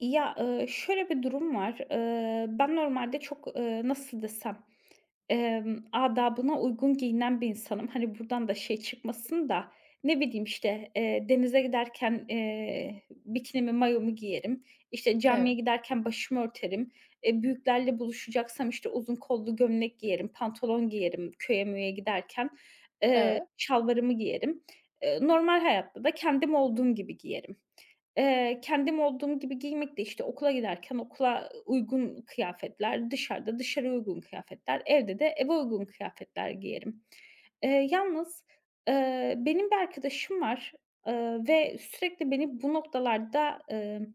Ya, şöyle bir durum var. Ben normalde çok, nasıl desem, adabına uygun giyinen bir insanım. Hani, buradan da şey çıkmasın da, ne bileyim, işte, denize giderken, bikinimi, mayomu giyerim. İşte, camiye Evet, giderken başımı örterim. E, büyüklerle buluşacaksam, işte, uzun kollu gömlek giyerim, pantolon giyerim köye möye giderken. Eee, evet, şalvarımı giyerim. Normal hayatta da kendim olduğum gibi giyerim. Kendim olduğum gibi giymek de, işte, okula giderken okula uygun kıyafetler, dışarıda dışarıya uygun kıyafetler, evde de eve uygun kıyafetler giyerim. Yalnız, benim bir arkadaşım var, ve sürekli beni bu noktalarda,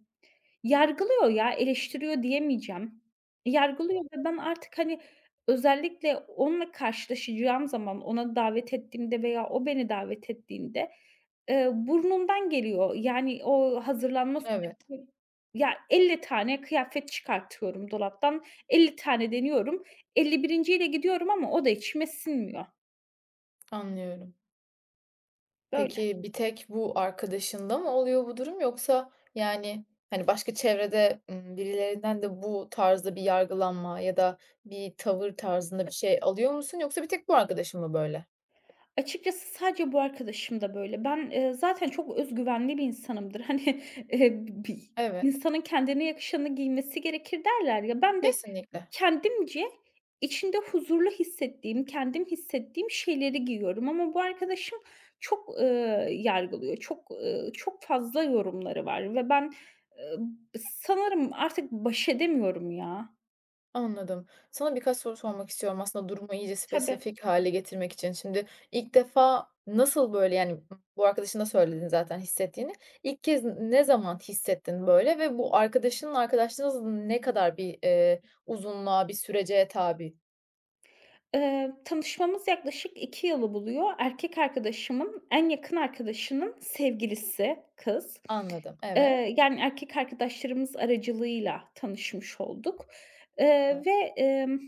yargılıyor ya, eleştiriyor diyemeyeceğim. Yargılıyor ve ben artık, hani, özellikle onunla karşılaşacağım zaman, ona davet ettiğimde veya o beni davet ettiğinde, burnumdan geliyor. Yani o hazırlanma evet, süreci. Ya, 50 tane kıyafet çıkartıyorum dolaptan, 50 tane deniyorum. 51'inciyle gidiyorum ama o da içime sinmiyor. anlıyorum. Böyle. Peki, bir tek bu arkadaşında mı oluyor bu durum yoksa, yani, hani, başka çevrede, birilerinden de bu tarzda bir yargılanma ya da bir tavır tarzında bir şey alıyor musun yoksa bir tek bu arkadaşın mı böyle? Açıkçası sadece bu arkadaşım da böyle. Ben, zaten çok özgüvenli bir insanımdır. Hani, bi Evet, insanın kendine yakışanı giymesi gerekir derler ya. Ben de kesinlikle. kendimce içinde huzurlu hissettiğim, kendim hissettiğim şeyleri giyiyorum ama bu arkadaşım çok, yargılıyor. Çok, çok fazla yorumları var ve ben, eee, sanırım artık baş edemiyorum ya. Anladım. Sana birkaç soru sormak istiyorum aslında durumu iyice Tabii. spesifik hale getirmek için. Şimdi ilk defa nasıl böyle, yani, bu arkadaşına söyledin zaten hissettiğini. İlk kez ne zaman hissettin böyle ve bu arkadaşının arkadaşlığınız ne kadar bir, uzunluğa, bir sürece tabi? Tanışmamız yaklaşık 2 yılı buluyor. Erkek arkadaşımın en yakın arkadaşının sevgilisi kız. Anladım. Evet. Yani erkek arkadaşlarımız aracılığıyla tanışmış olduk, eee, Hı. ve, emm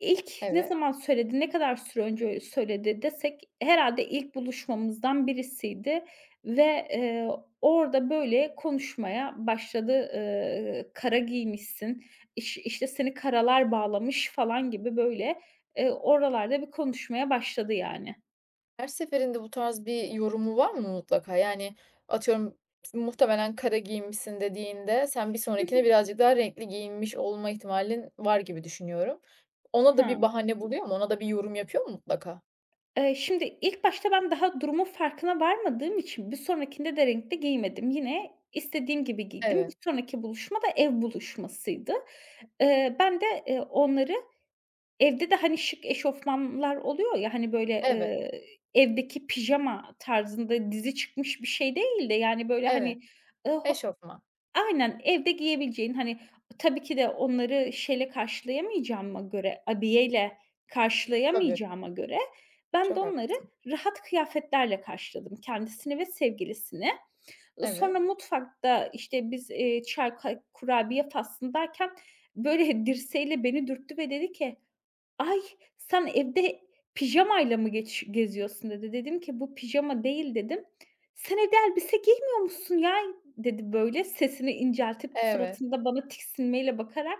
İlk ne Evet. zaman söyledi, ne kadar süre önce söyledi desek herhâlde ilk buluşmamızdan birisiydi ve, eee, orada böyle konuşmaya başladı. "Kara giymişsin, işte, seni karalar bağlamış." falan gibi böyle, oralarda bir konuşmaya başladı yani. Her seferinde bu tarz bir yorumu var mı mutlaka? Yani, atıyorum, muhtemelen "kara giyinmişsin" dediğinde sen bir Hı hı. sonrakine birazcık daha renkli giyinmiş olma ihtimalin var gibi düşünüyorum. Ona He. da bir bahane buluyor mu? Ona da bir yorum yapıyor mu mutlaka? Şimdi ilk başta ben daha durumun farkına varmadığım için bir sonrakinde de renkli giymedim. Yine istediğim gibi giydim. Bir Evet, sonraki buluşma da ev buluşmasıydı. Ben de, onları evde de, hani, şık eşofmanlar oluyor ya, hani, böyle, evet, evdeki pijama tarzında dizi çıkmış bir şey değil de, yani, böyle, hani, evet. Ho Eşofman. Aynen, evde giyebileceğin, hani, tabii ki de onları abiyeyle Tabii, karşılayamayacağıma göre ben de çok onları haklısın. rahat kıyafetlerle karşıladım, kendisini ve sevgilisini. Evet, Sonra mutfakta, işte, biz, çay, kurabiye faslındayken, böyle, dirseğiyle beni dürttü ve dedi ki: "Ay, sen evde pijamayla mı geç geziyorsun?" dedi. Dedim ki, "Bu pijama değil." dedim. "Sen evde elbise giymiyor musun ya?" dedi böyle sesini inceltip evet. suratında bana tiksinmeyle bakarak.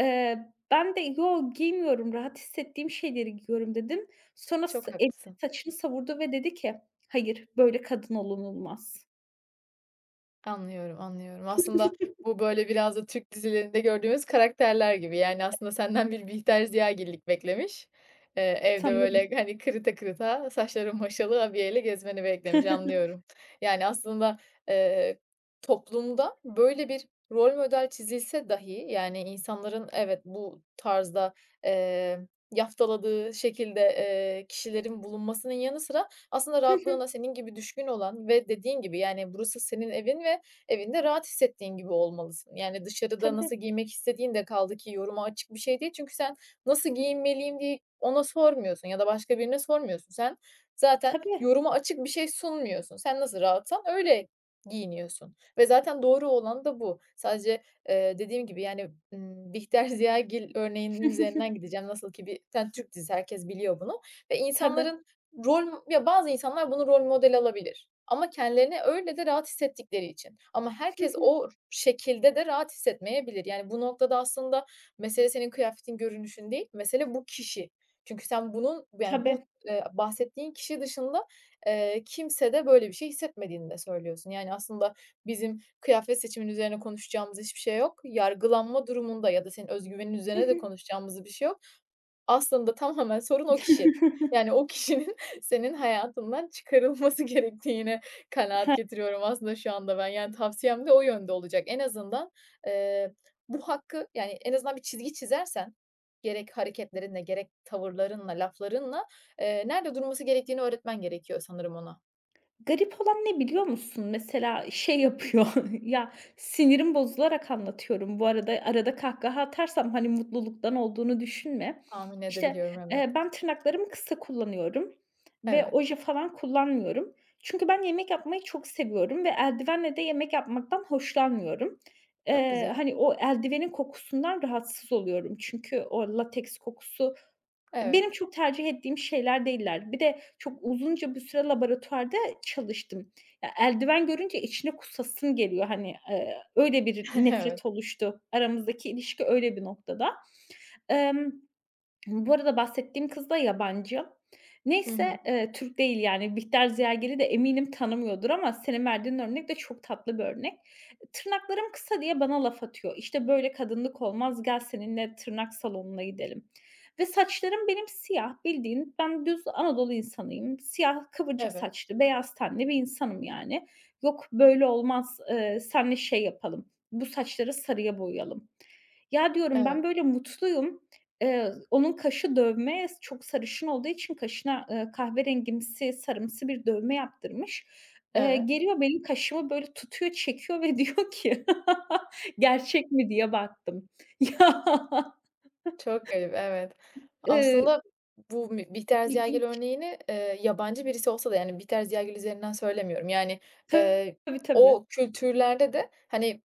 Ben de "Yo, giymiyorum, rahat hissettiğim şeyleri giyiyorum." dedim. Sonra Çok elini haklısın. saçını savurdu ve dedi ki, "Hayır, böyle kadın olunulmaz." Anlıyorum, anlıyorum. Aslında bu, böyle, biraz da Türk dizilerinde gördüğümüz karakterler gibi. Yani, aslında senden bir Bihter Ziyagillik beklemiş. Evde, Sanırım. böyle, hani, kırıta kırıta, saçları maşalı abiyeyle gezmeni beklemiş, anlıyorum. Yani, aslında, eee, toplumda böyle bir rol model çizilse dahi, yani, insanların evet, bu tarzda, eee, yaftaladığı şekilde, kişilerin bulunmasının yanı sıra aslında Hı hı. rahatlığına senin gibi düşkün olan ve dediğin gibi, yani, burası senin evin ve evinde rahat hissettiğin gibi olmalısın. Yani, dışarıda Tabii, nasıl giymek istediğin de kaldı ki yoruma açık bir şey değil. Çünkü sen nasıl giyinmeliyim diye ona sormuyorsun ya da başka birine sormuyorsun. Sen zaten tabii. yoruma açık bir şey sunmuyorsun. Sen nasıl rahatsan öyle giyiniyorsun ve zaten doğru olan da bu. Sadece, dediğim gibi, yani, Bihter Ziyagil örneğinin Hı hı. üzerinden gideceğim. Nasıl ki bir sen Türk dizisi, herkes biliyor bunu ve Tabii. insanların rol, ya, bazı insanlar bunu rol model alabilir ama kendilerini öyle de rahat hissettikleri için. Ama Hı herkes hı. o şekilde de rahat hissetmeyebilir. Yani, bu noktada aslında mesele senin kıyafetin, görünüşün değil, mesele bu kişi. Çünkü sen bunun, yani, Tabii. bu, bahsettiğin kişi dışında, kimsede böyle bir şey hissetmediğini de söylüyorsun. Yani, aslında bizim kıyafet seçimin üzerine konuşacağımız hiçbir şey yok. Yargılanma durumunda ya da senin özgüvenin Hı üzerine de hı. konuşacağımız bir şey yok. Aslında tamamen sorun o kişi. Yani o kişinin senin hayatından çıkarılması gerektiğine kanaat getiriyorum aslında şu anda ben. Yani tavsiyem de o yönde olacak. En azından, eee, bu hakkı, yani, en azından bir çizgi çizersen gerek hareketlerinle gerek tavırlarınla, laflarınla, nerede durması gerektiğini öğretmen gerekiyor sanırım ona. Garip olan ne biliyor musun? Mesela şey yapıyor, ya, sinirim bozularak anlatıyorum bu arada, arada kahkaha atarsam, hani, mutluluktan olduğunu düşünme. Tahmin İşte, edebiliyorum, evet. Ben tırnaklarımı kısa kullanıyorum ve Evet. oje falan kullanmıyorum. Çünkü ben yemek yapmayı çok seviyorum ve eldivenle de yemek yapmaktan hoşlanmıyorum. Çok Eee, güzel. hani, o eldivenin kokusundan rahatsız oluyorum çünkü o lateks kokusu benim Evet. çok tercih ettiğim şeyler değiller. Bir de çok uzunca bir süre laboratuvarda çalıştım. Ya, eldiven görünce içine kusasım geliyor. Hani, öyle bir Evet. nefret oluştu. Aramızdaki ilişki öyle bir noktada. Emm bu arada bahsettiğim kız da yabancı. Hı Neyse, hı. Türk değil yani. Bihter Ziyagil'i de eminim tanımıyordur ama senin verdiğin örnek de çok tatlı bir örnek. Tırnaklarım kısa diye bana laf atıyor. İşte, "Böyle kadınlık olmaz, gel seninle tırnak salonuna gidelim." Ve saçlarım benim siyah, bildiğin ben düz Anadolu insanıyım. Siyah, kıvırcık Evet. saçlı, beyaz tenli bir insanım yani. "Yok, böyle olmaz, seninle şey yapalım, bu saçları sarıya boyayalım." Ya, diyorum, ben Evet. böyle mutluyum. Onun kaşı dövme, çok sarışın olduğu için kaşına, kahverengimsi, sarımsı bir dövme yaptırmış. Eee, Evet. geliyor benim kaşımı böyle tutuyor, çekiyor ve diyor ki "Gerçek mi?" diye baktım. Ya, Çok garip, evet. eee, Aslında bu Mi Bihter Ziyagil ilginç. örneğini, yabancı birisi olsa da yani Bihter Ziyagil üzerinden söylemiyorum. Yani, eee, Tabii, tabii. o kültürlerde de, hani,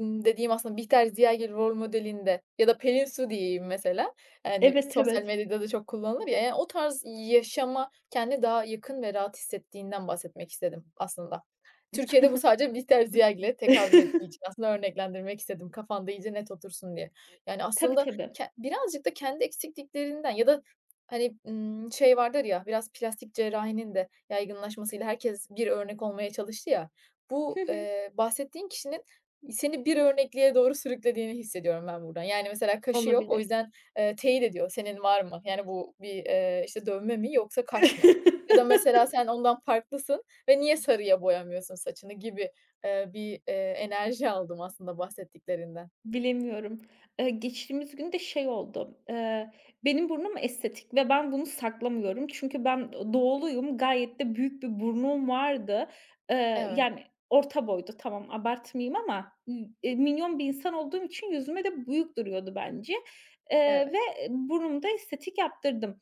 dediğim aslında Bihter Ziyagil rol modelinde ya da Pelin Su diyeyim mesela, yani Evet, sosyal evet. medyada da çok kullanılır ya, yani o tarz yaşama kendini daha yakın ve rahat hissettiğinden bahsetmek istedim aslında. Türkiye'de bu sadece Bihter Ziyagil'e tekabül ettiği için aslında örneklendirmek istedim kafanda iyice net otursun diye. Yani Tabii, aslında tabii. Ke birazcık da kendi eksikliklerinden ya da, hani, şey vardır ya, biraz plastik cerrahinin de yaygınlaşmasıyla herkes bir örnek olmaya çalıştı ya. Hı Bu, hı. Bahsettiğin kişinin seni bir örnekliğe doğru sürüklediğini hissediyorum ben buradan. Yani, mesela kaşı yok, o Olabilir. yüzden, teyit ediyor, "Senin var mı?" Yani, bu bir, işte, dövme mi yoksa kaş mı? Ya da mesela sen ondan farklısın ve niye sarıya boyamıyorsun saçını gibi, bir, enerji aldım aslında bahsettiklerinden. Bilemiyorum. Geçtiğimiz gün de şey oldu, benim burnum estetik ve ben bunu saklamıyorum. Çünkü ben doğuluyum, gayet de büyük bir burnum vardı. Eee, Evet, yani orta boydu, tamam abartmayayım ama, minyon bir insan olduğum için yüzüme de büyük duruyordu bence, evet, ve burnumda estetik yaptırdım.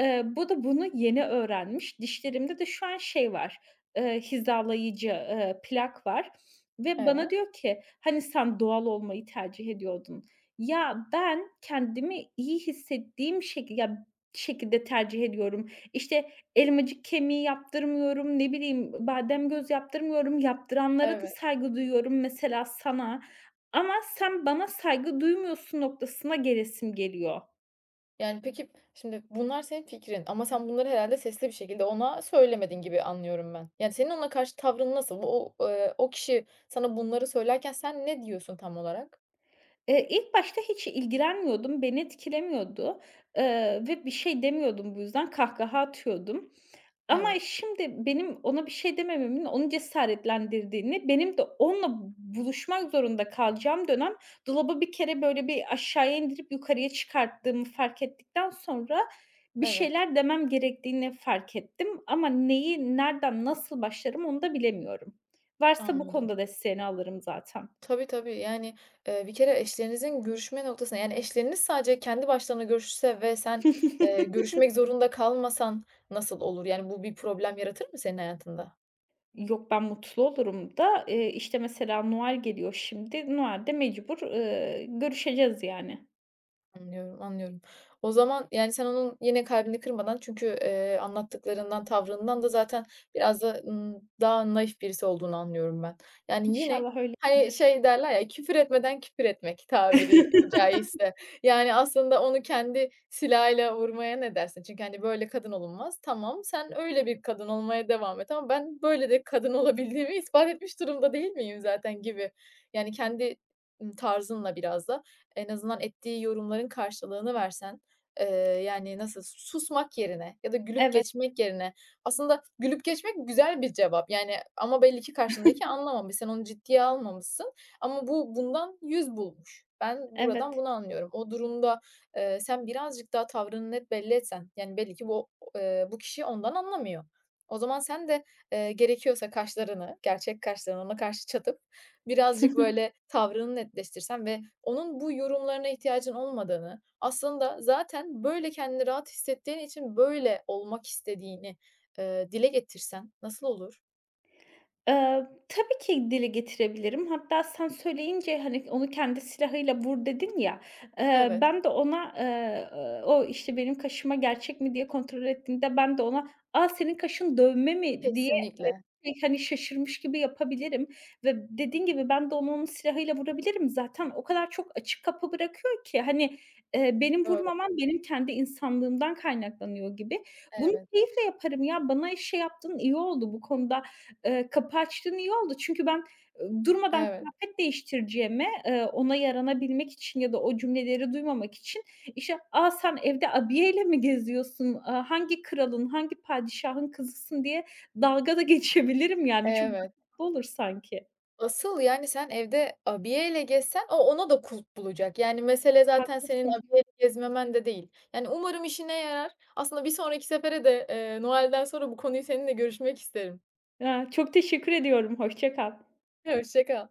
Bu da bunu yeni öğrenmiş. Dişlerimde de şu an şey var, hizalayıcı, plak var. Ve bana evet, diyor ki, "Hani sen doğal olmayı tercih ediyordun." Ya, ben kendimi iyi hissettiğim şekilde tercih ediyorum. İşte, elmacık kemiği yaptırmıyorum, ne bileyim, badem göz yaptırmıyorum. Yaptıranlara da evet. saygı duyuyorum, mesela sana. Ama sen bana saygı duymuyorsun noktasına gelesim geliyor. Yani, peki, şimdi bunlar senin fikrin ama sen bunları herhâlde sesli bir şekilde ona söylemedin gibi anlıyorum ben. Yani, senin ona karşı tavrın nasıl? O o kişi sana bunları söylerken sen ne diyorsun tam olarak? İlk başta hiç ilgilenmiyordum, beni etkilemiyordu, ve bir şey demiyordum bu yüzden, kahkaha atıyordum. Ama Evet, şimdi benim ona bir şey demememin onu cesaretlendirdiğini, benim de onunla buluşmak zorunda kalacağım dönem dolabı bir kere böyle bir aşağıya indirip yukarıya çıkarttığımı fark ettikten sonra bir evet, şeyler demem gerektiğini fark ettim ama neyi, nereden, nasıl başlarım onu da bilemiyorum. Varsa bu anladım. konuda desteğini alırım zaten. Tabii, tabii. Yani, bir kere eşlerinizin görüşme noktasına, yani, eşleriniz sadece kendi başlarına görüşse ve sen, görüşmek zorunda kalmasan nasıl olur? Yani, bu bir problem yaratır mı senin hayatında? Yok, ben mutlu olurum da, işte, mesela Noel geliyor şimdi. Noel'de mecbur, görüşeceğiz yani. Anlıyorum, anlıyorum. O zaman, yani, sen onun yine kalbini kırmadan çünkü, anlattıklarından, tavrından da zaten biraz da, daha naif birisi olduğunu anlıyorum ben. Yani, yine, İnşallah hani, öyledir. şey derler ya, "Küfür etmeden küfür etmek" tabiri caizse. Yani, aslında onu kendi silahıyla vurmaya ne dersin? Çünkü, hani, "Böyle kadın olunmaz." Tamam, sen öyle bir kadın olmaya devam et ama ben böyle de kadın olabildiğimi ispat etmiş durumda değil miyim zaten gibi. Yani, kendi, tarzınla biraz da en azından ettiği yorumların karşılığını versen, eee, yani, nasıl susmak yerine ya da gülüp Evet, geçmek yerine aslında gülüp geçmek güzel bir cevap, yani, ama belli ki karşındaki anlamamış, sen onu ciddiye almamışsın ama bu bundan 100 bulmuş. Ben buradan evet. bunu anlıyorum. O durumda, sen birazcık daha tavrını net belli etsen, yani, belli ki bu, bu kişi ondan anlamıyor. O zaman sen de, gerekiyorsa kaşlarını, gerçek kaşlarını ona karşı çatıp birazcık böyle tavrını netleştirsen ve onun bu yorumlarına ihtiyacın olmadığını, aslında zaten böyle kendini rahat hissettiğin için böyle olmak istediğini, dile getirsen nasıl olur? Tabii ki dile getirebilirim. Hatta sen söyleyince, hani, onu kendi silahıyla vur dedin ya, Evet, ben de ona, o, işte, benim kaşıma gerçek mi diye kontrol ettiğinde ben de ona, "A, senin kaşın dövme mi?" diye kesinlikle. şey, hani, şaşırmış gibi yapabilirim ve dediğin gibi ben de onu onun silahıyla vurabilirim. Zaten o kadar çok açık kapı bırakıyor ki, hani, benim Doğru. vurmamam benim kendi insanlığımdan kaynaklanıyor gibi. Bunu Evet, keyifle yaparım ya. Bana şey yaptığın iyi oldu bu konuda, kapı açtın iyi oldu. Çünkü ben, durmadan evet, kıyafet değiştireceğime, ona yaranabilmek için ya da o cümleleri duymamak için, işte, "A, sen evde abiyeyle mi geziyorsun? A, hangi kralın, hangi padişahın kızısın?" diye dalga da geçebilirim yani. Çok da evet. olur sanki. Asıl yani sen evde abiyeyle gezsen o ona da kulp bulacak. Yani mesele zaten senin Haklısın. abiyeyle gezmemen de değil. Yani umarım işine yarar. Aslında bir sonraki sefere de, Noel'den sonra bu konuyu seninle görüşmek isterim. Aaa, çok teşekkür ediyorum. Hoşça kal. Hoşça kal.